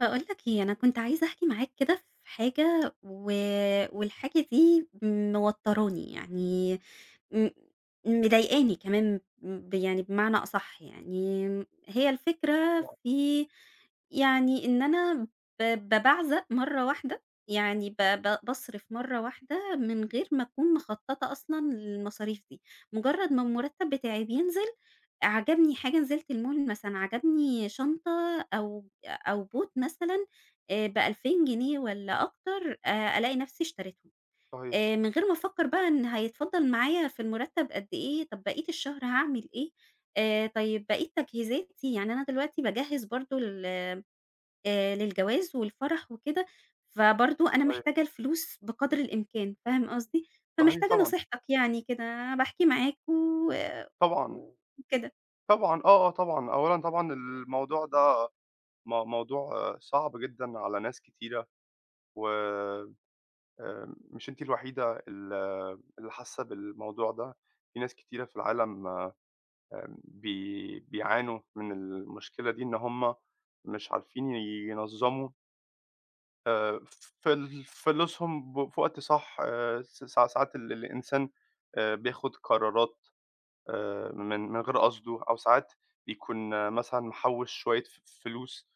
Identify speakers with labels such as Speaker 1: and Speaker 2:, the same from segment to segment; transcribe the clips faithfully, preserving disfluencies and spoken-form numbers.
Speaker 1: باقول لك إيه، أنا كنت عايزة أحكي معاك كده في حاجة و والحاجة دي موتّراني، يعني م مضايقاني كمان ب يعني بمعنى أصح يعني، هي الفكرة في يعني إن أنا ب بابعزق مرّة واحدة، يعني ب ب باصرف مرّة واحدة من غير ما أكون مخطّطة أصلًا للمصاريف دي، مجرّد ما المرتّب بتاعي بينزل عجبني حاجة نزلت المول مثلًا، عجبني شنطة أو أو boot مثلًا آآ بألفين جنيه والّا أكتر، آآ ألاقي نفسي اشتريتهم،
Speaker 2: صحيح،
Speaker 1: آآ من غير ما أفكّر بقى إن هيتفضّل معايا في المرتّب قد إيه، طب بقية الشهر هاعمل إيه، آآ طيب بقية تجهيزاتي، يعني أنا دلوقتي باجهّز برضه لل آآ للجواز والفرح وكده، فبرضه أنا
Speaker 2: صحيح،
Speaker 1: محتاجة الفلوس بقدر الإمكان، فاهم قصدي؟
Speaker 2: صحيح
Speaker 1: فمحتاجة
Speaker 2: طبعًا،
Speaker 1: نصيحتك يعني كده، باحكي معاك و
Speaker 2: طبعًا،
Speaker 1: وكده.
Speaker 2: طبعًا، آه، آه طبعًا. أولًا طبعًا الموضوع ده م موضوع آه، صعب جدًا على ناس كتيرة، و آآ مش أنتِ الوحيدة ال اللي حاسة بالموضوع ده، في ناس كتيرة في العالم آآ بي بيعانوا من المشكلة دي، إن هم مش عارفين ينظموا آآ فل فلوسهم ب في وقت صح، آآ س ساعات ال الإنسان آآ بياخد قرارات آآ من من غير قصده، أو ساعات بيكون آه، مثلًا محوّش شوية ف فلوس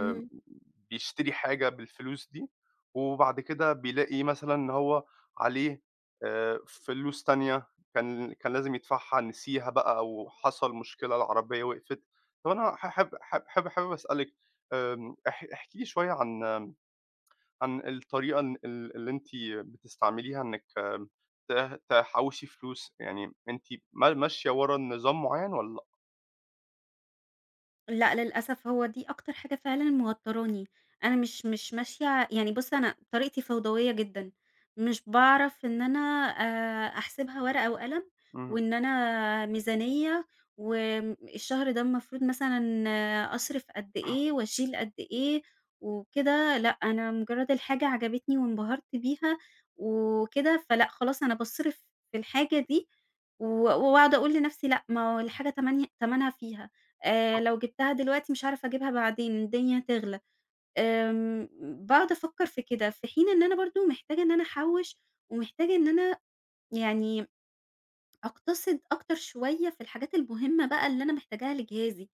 Speaker 1: اهم.
Speaker 2: حاجة بالفلوس دي، وبعد كده بيلاقي مثلًا إن هو عليه آآ فلوس تانية كان كان لازم يدفعها نسيها بقى أو حصل مشكلة العربية وقفت. طَب أنا حاحب حاب حاب حابب أسألِك آمم اح احكي لي شوية عن عن الطريقة ال ال- اللي أنتِ بتستعمليها إنِّك آم، ت تحوّشي فلوس، يعني أنتِ ما ماشية ورا نظام معيّن والّا لأ؟
Speaker 1: لأ، للأسف هو دي أكتر حاجة فعلًا موتّراني، أنا مش مش ماشية، يعني بُص أنا طريقتي فوضوية جدًا، مش باعرف إن أنا آآ أحسبها ورقة وقلم،
Speaker 2: اهم،
Speaker 1: وإن أنا ميزانية، وآمم الشهر ده المفروض مثلًا آه، أصرف قد إيه وأشيل قد إيه وكده، لأ أنا مجرّد الحاجة عجبتني وانبهرت بيها وكده، فلأ خلاص أنا باصرف في الحاجة دي و واقعد أقول لنفسي لأ ما هو الحاجة تمني تمنها فيها. آآ
Speaker 2: صح،
Speaker 1: لو جِبتها دلوقتي مش هاعرف أجيبها بعدين، الدنيا هتغلى. آمم باقعد أفكّر في كده، في حين إن أنا برضه محتاجة إن أنا أحوّش، ومحتاجة إن أنا يعني أقتصد أكتر شوية في الحاجات المهمة بقى اللي أنا محتاجاها لجهازي.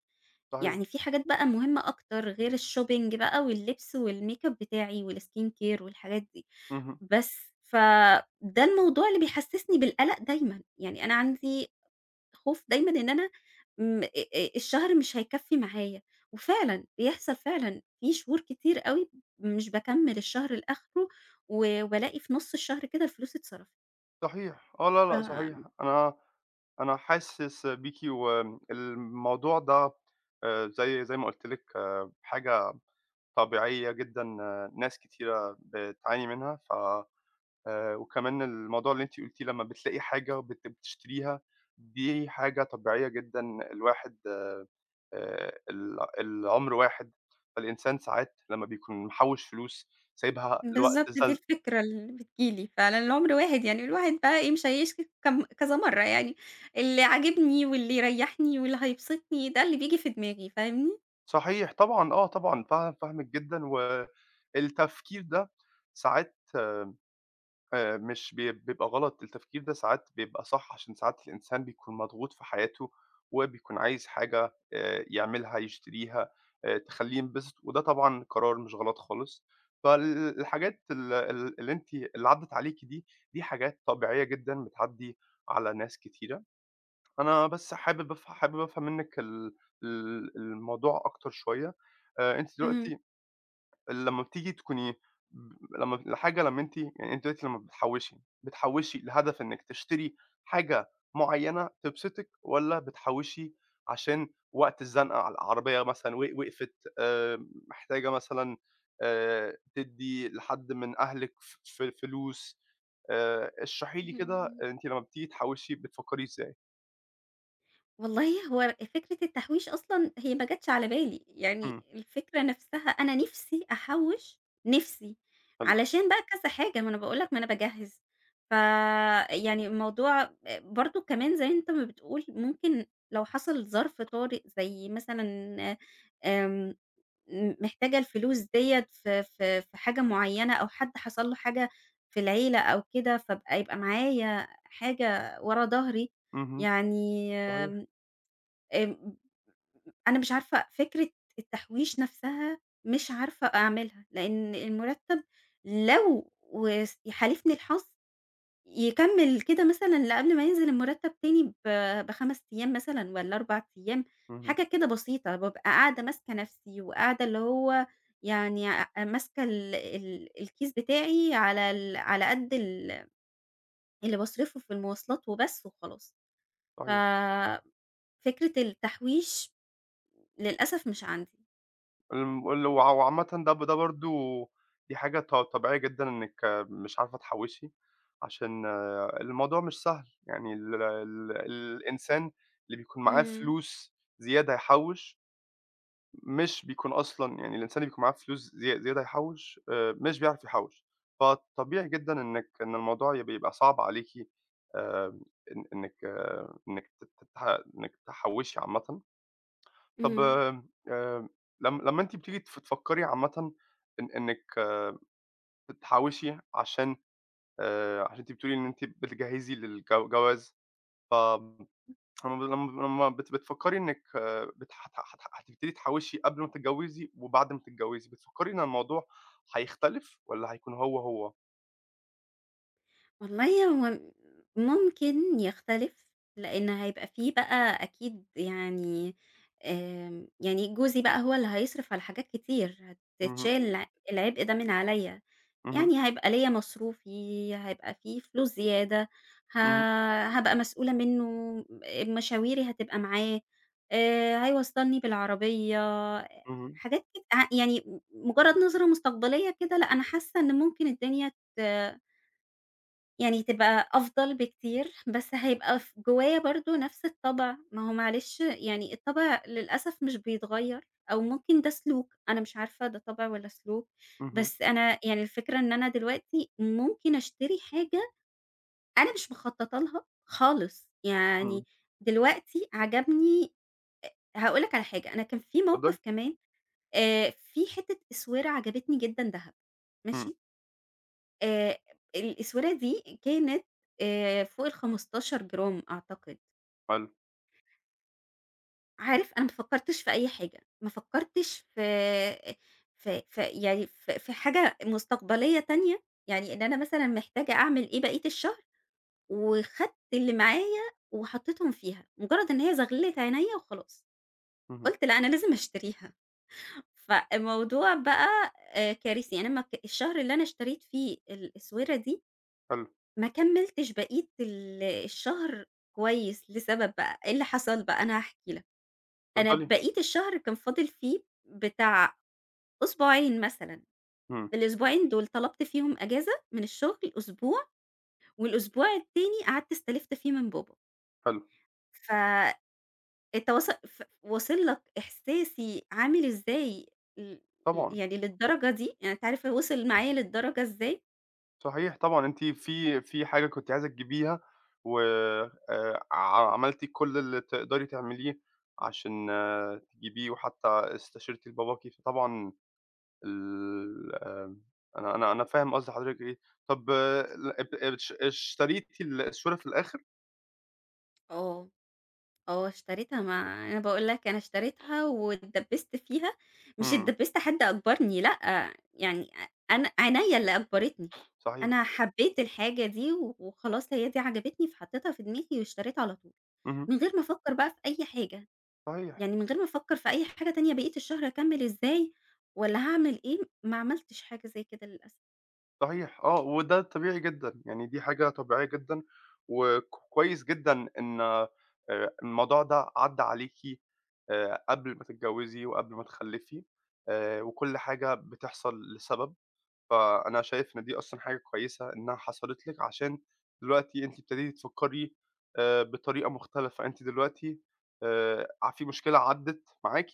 Speaker 2: صحيح،
Speaker 1: يعني في حاجات بقى مهمة أكتر غير الshopping بقى واللبس والmakeup بتاعي والskin care والحاجات دي.
Speaker 2: اهم،
Speaker 1: بس، فده الموضوع اللي بيحسّسني بالقلق دايمًا. يعني أنا عندي خوف دايمًا إن أنا م آآ الشهر مش هيكفّي معايا، وفعلًا بيحصل فعلًا في شهور كتير أوي مش باكمّل الشهر لآخره، و والاقي في نُص الشهر كده الفلوس اتصرفت.
Speaker 2: صحيح، آه، لا، لأ،
Speaker 1: ف
Speaker 2: صحيح، أنا أنا حاسس بيكِ والموضوع ده آآ زي زي ما قُلت لِك آه، حاجة طبيعية جدًا، آه، ناس كتيرة بتعاني منها ف آآ وكمان الموضوع اللي أنتِ قُلتيه لمّا بتلاقي حاجة بت بتشتريها، دي حاجة طبيعية جدًا الواحد آآ ال العمر واحد، فالإنسان ساعات لمّا بيكون محوّش فلوس سايبها لوقت
Speaker 1: بالضبط دي
Speaker 2: زن
Speaker 1: الفكرة اللي بتيجي لي فعلًا، العمر واحد يعني الواحد بقى إيه مش هيشكي كم كذا مرّة يعني، اللي عاجبني واللي يريّحني واللي هيبسطني ده اللي بييجي في دماغي، فاهمني؟
Speaker 2: صحيح طبعًا، آه طبعًا، فاهم فاهمِك جدًا والتفكير ده ساعات آآ مش بي بيبقى غلط، التفكير ده ساعات بيبقى صح، عشان ساعات الإنسان بيكون مضغوط في حياته، وبيكون عايز حاجة آآ يعملها، يشتريها، آآ تخلّيه ينبسط، وده طبعًا قرار مش غلط خالص. فال الحاجات ال ال اللي أنتِ اللي عدّت عليكِ دي، دي حاجات طبيعية جدًا بتعدّي على ناس كتيرة. أنا بس حابب أف حابب أفهم منِّك ال ال الموضوع أكتر شوية. آآ أنتِ
Speaker 1: اهم،
Speaker 2: دلوقتي لمّا بتيجي تكوني ب لمّا الحاجة لمّا أنتِ يعني أنتِ دلوقتي لمّا بتحوّشي، بتحوّشي لهدف إنِّك تشتري حاجة معيّنة تبسطِك والّا بتحوّشي عشان وقت الزنقة على العربية مثلًا و وقفت، آآ محتاجة مثلًا آآ تدّي لحد من أهلِك ف ف فلوس، آآ اشرحي لي
Speaker 1: اهم،
Speaker 2: كده
Speaker 1: اهم.
Speaker 2: أنتِ لمّا بتيجي تحوّشي بتفكّري إزاي؟
Speaker 1: والله هو فكرة التحويش أصلًا هي ما جاتش على بالي، يعني
Speaker 2: إمم،
Speaker 1: الفكرة نفسها أنا نِفسي أحوّش، نِفسي،
Speaker 2: حلو.
Speaker 1: علشان بقى كذا حاجة، ما أنا باقول لك ما أنا باجهّز، ف يعني الموضوع آآ برضه كمان زي أنت ما بتقول ممكن لو حصل ظرف طارئ زي مثلًا آمم م محتاجة الفلوس ديّة في في في حاجة معيّنة أو حد حصل له حاجة في العيلة أو كده، فابقى يبقى معايا حاجة ورا ضهري،
Speaker 2: اهم،
Speaker 1: يعني
Speaker 2: صحيح،
Speaker 1: آمم، أنا مش عارفة فكرة التحويش نَفْسها مش عارفة أعملها، لإن المُرتّب لو وس يحالفني الحظ يكمّل كده مثلًا لقبل ما ينزل المُرتّب تاني ب بخمسة أيام مثلًا والّا أربع أيام،
Speaker 2: اهم،
Speaker 1: حاجة كده بسيطة، بابقى قاعدة ماسكة نَفْسي وقاعدة اللي هو يعني أ ماسكة ال ال الكيس بتاعي على ال على قد ال اللي باصرفه في المواصلات وبس وخلاص،
Speaker 2: صحيح.
Speaker 1: ففكرة التحويش للأسف مش عندي.
Speaker 2: الم ال وع وعامةً ده ب ده برضه دي حاجة ط طبيعية جدًا إنِّك مش عارفة تحوّشي، عشان آه، الموضوع مش سهل، يعني ال ال الإنسان اللي بيكون معاه
Speaker 1: إمم،
Speaker 2: فلوس زيادة يحوّش، مش بيكون أصلًا يعني الإنسان اللي بيكون معاه فلوس زي زيادة يحوّش آآ، مش بيعرف يحوّش، فطبيعي جدًا إنِّك إن الموضوع يب يبقى صعب عليكِ آآ، إن إنِّك آه، إنِّك ت تح إنِّك تحوّشي عامةً. طب
Speaker 1: إمم.
Speaker 2: آمم، آآ لم لمّا أنتِ بتيجي تف تفكّري عامةً إن إنِّك آه، تحوّشي عشان آآ عشان أنتِ بتقولي إن أنتِ بتجهّزي للجو جواز، ف لمّا لمّا لمّا بت بتفكّري إنِّك آه، بت هت هت هتبتدي تحوّشي قبل ما تتجوّزي وبعد ما تتجوّزي، بتفكّري إن الموضوع هيختلف والّا هيكون هو، هو؟
Speaker 1: والله هو ممكن يختلف، لإن هيبقى في بقى أكيد، يعني آمم، يعني جوزي بقى هو اللي هيصرف على حاجات كتير، هتتشال
Speaker 2: اهم،
Speaker 1: الع العبء ده من عليَّ،
Speaker 2: اهم،
Speaker 1: يعني هيبقى ليّا مصروفي، هيبقى في فلوس زيادة، ه
Speaker 2: اهم،
Speaker 1: هابقى مسؤولة منه، مشاويري هتبقى معاه، آآ هيوصّلني بالعربية،
Speaker 2: اهم،
Speaker 1: حاجات كده، ع يعني مجرد نظرة مستقبلية كده، لأ أنا حاسة إن ممكن الدنيا ت يعني تبقى أفضل بكتير، بس هيبقى ف جوايا برضه نفْس الطبع، ما هو معلش يعني الطبع للأسف مش بيتغيّر أو ممكن ده سلوك، أنا مش عارفة ده طبع والّا سلوك،
Speaker 2: اهم،
Speaker 1: بس أنا يعني الفكرة إن أنا دلوقتي ممكن أشتري حاجة أنا مش مخطّطة لها خالص،
Speaker 2: إمم،
Speaker 1: يعني دلوقتي عجبني، هاقول لك على حاجة، أنا كان في
Speaker 2: اتفضّلي،
Speaker 1: موقِف كمان، آآ، في حتّة أسوِرة عجبتني جدًا دهب،
Speaker 2: إمم،
Speaker 1: ماشي؟ آآ الأسودة دي كانت آآ فوق الخمستاشر جرام أعتقد.
Speaker 2: حلو،
Speaker 1: عارف أنا ما فكّرتش في أي حاجة، ما فكّرتش في في في يعني في في حاجة مستقبلية تانية، يعني إن أنا مثلًا محتاجة أعمل إيه بقية الشهر، وخدت اللي معايا وحطيتهم فيها، مجرّد إن هي زغلِّت عينيّا وخلاص،
Speaker 2: اهم،
Speaker 1: قُلت لأ أنا لازم أشتريها. فالموضوع بقى آآ كارثي، يعني أنا ما ك الشهر اللي أنا اشتريت فيه الأسودة دي
Speaker 2: حلو،
Speaker 1: ما كمّلتش بقية ال الشهر كويس لسبب بقى، إيه اللي حصل بقى أنا هاحكي لك، أنا
Speaker 2: اتفضّلي،
Speaker 1: بقية الشهر كان فاضل فيه بتاع أسبوعين مثلًا،
Speaker 2: إمم،
Speaker 1: الأسبوعين دول طلبت فيهم أجازة من الشغل أسبوع، والأسبوع التاني قعدت استلفت فيه من بابا،
Speaker 2: حلو،
Speaker 1: فأنت واصل ف واصل لك إحساسي عامل إزاي، ل
Speaker 2: طبعًا.
Speaker 1: يعني للدرجة دي، يعني أنت عارف وصل معايا للدرجة إزاي؟
Speaker 2: صحيح طبعًا، أنتِ في في حاجة كنتِ عايزة تجيبيها و آآ ع عملتِ كل اللي تقدري تعمليه عشان آه، تجيبيه وحتى استشرتِ لباباكِ، فطبعًا ال آمم أنا أنا أنا فاهم قصد حضرتِك إيه. طب آه، ال اب اشت اشتريتِ ال الصورة في الآخر؟
Speaker 1: آه. آه، اشتريتها، ما أنا باقول لك أنا اشتريتها واتدبّست فيها، مش
Speaker 2: إمم،
Speaker 1: اتدبّست حد أجبرني لأ، يعني أ أنا عينيّا اللي أجبرتني،
Speaker 2: صحيح،
Speaker 1: أنا حبّيت الحاجة دي و وخلاص هي دي عجبتني فحطيتها في دماغي واشتريتها على طول،
Speaker 2: اهم،
Speaker 1: من غير ما أفكّر بقى في أي حاجة،
Speaker 2: صحيح.
Speaker 1: يعني من غير ما أفكّر في أي حاجة تانية بقية الشهر هاكمّل إزاي والّا هاعمل إيه، ما عملتش حاجة زي كده للأسف.
Speaker 2: صحيح آه، وده طبيعي جدًا، يعني دي حاجة طبيعية جدًا، وكويس جدًا إن آآ، الموضوع ده عدّى عليكِ آآ، قبل ما تتجوزي وقبل ما تخلّفي آآ، وكل حاجة بتحصل لسبب. فأنا شايف إن دي أصلًا حاجة كويسة إنها حصلت لِك، عشان دلوقتي أنتِ ابتديتِ تفكّري آآ بطريقة مختلفة، أنتِ دلوقتي آآ ع في مشكلة عدِّت معاكِ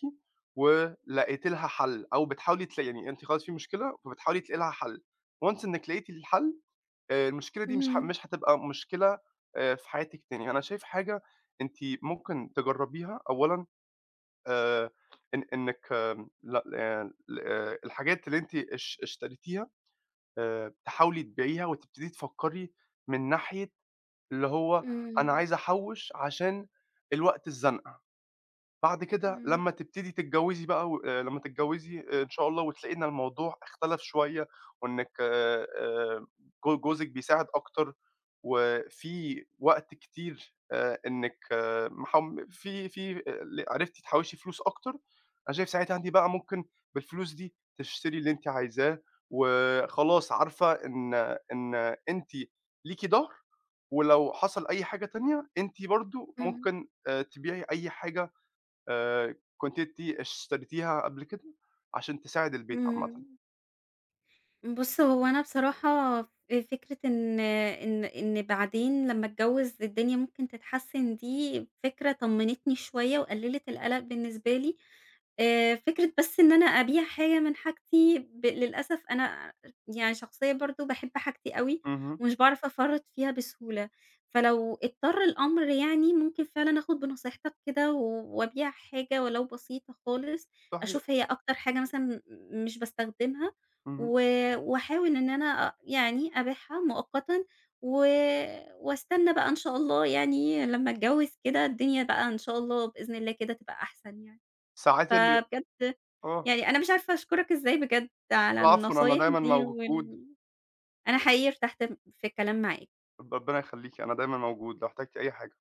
Speaker 2: ولقيتِ لها حَل أو بتحاولي تلاقي يعني أنتِ خلاص في مشكلة فبتحاولي تلاقي لها حَل، once إنِّك لقيتِ الحَل آآ المشكلة دي مش ح
Speaker 1: إمم،
Speaker 2: مش هتبقى مشكلة آآ في حياتِك تاني. أنا شايف حاجة أنتِ ممكن تجرّبيها أولًا آآ إن إنِّك ل آآ ل آه، الحاجات اللي أنتِ اش اشتريتيها آآ تحاولي تبيعيها وتبتدي تفكّري من ناحية اللي هو أنا
Speaker 1: إمم،
Speaker 2: عايزة أحوّش عشان الوقت الزنقة. بعد كده
Speaker 1: إمم،
Speaker 2: لمّا تبتدي تتجوّزي بقى و آآ لمّا تتجوّزي آه، إن شاء الله وتلاقي إن الموضوع اختلف شوية وإنِّك آآ جو جوزِك بيساعد أكتر وفي وقت كتير آآ إنِّك آه، محم في في آه، ل عرفتِ تحوّشي فلوس أكتر، أنا شايف ساعتها أنتِ بقى ممكن بالفلوس دي تشتري اللي أنتِ عايزاه وخلاص عارفة إن إن أنتِ ليكِ ضهر ولو حصل أي حاجة تانية أنتِ برضه
Speaker 1: إمم،
Speaker 2: ممكن آآ تبيعي أي حاجة آآ كنتِ أنتِ اشتريتيها قبل كده عشان تساعد البيت عامةً.
Speaker 1: إمم. بُص، هو أنا بصراحة ف فكرة إن إن إن بعدين لمّا أتجوّز الدنيا ممكن تتحسّن دي فكرة طمّنتني شوية وقلّلت القلق بالنسبة لي، آآ فكرة بس إن أنا أبيع حاجة من حاجتي، ب للأسف أنا يعني شخصية برضه باحب حاجتي أوي
Speaker 2: اهم،
Speaker 1: ومش باعرف أفرّط فيها بسهولة، فلو اضطر الأمر يعني ممكن فعلًا آخُد بنصيحتك كده و وأبيع حاجة ولو بسيطة خالص، أشوف
Speaker 2: صحيح،
Speaker 1: هي أكتر حاجة مثلًا م مش باستخدمها
Speaker 2: اهم.
Speaker 1: و واحاول إن أنا أ يعني أبيعها مؤقتًا و واستنى بقى إن شاء الله، يعني لمّا أتجوّز كده الدنيا بقى إن شاء الله بإذن الله كده تبقى أحسن يعني.
Speaker 2: ساعات ال
Speaker 1: فبجد
Speaker 2: آه،
Speaker 1: يعني أنا مش عارفة أشكرك إزاي بجد على
Speaker 2: العفو أنا
Speaker 1: النصايح
Speaker 2: دايمًا
Speaker 1: دي
Speaker 2: موجود،
Speaker 1: وال، أنا حقيقي ارتحت م في الكلام معاك.
Speaker 2: ربنا يخليكِ، أنا دايمًا موجود لو احتجتِ أي حاجة.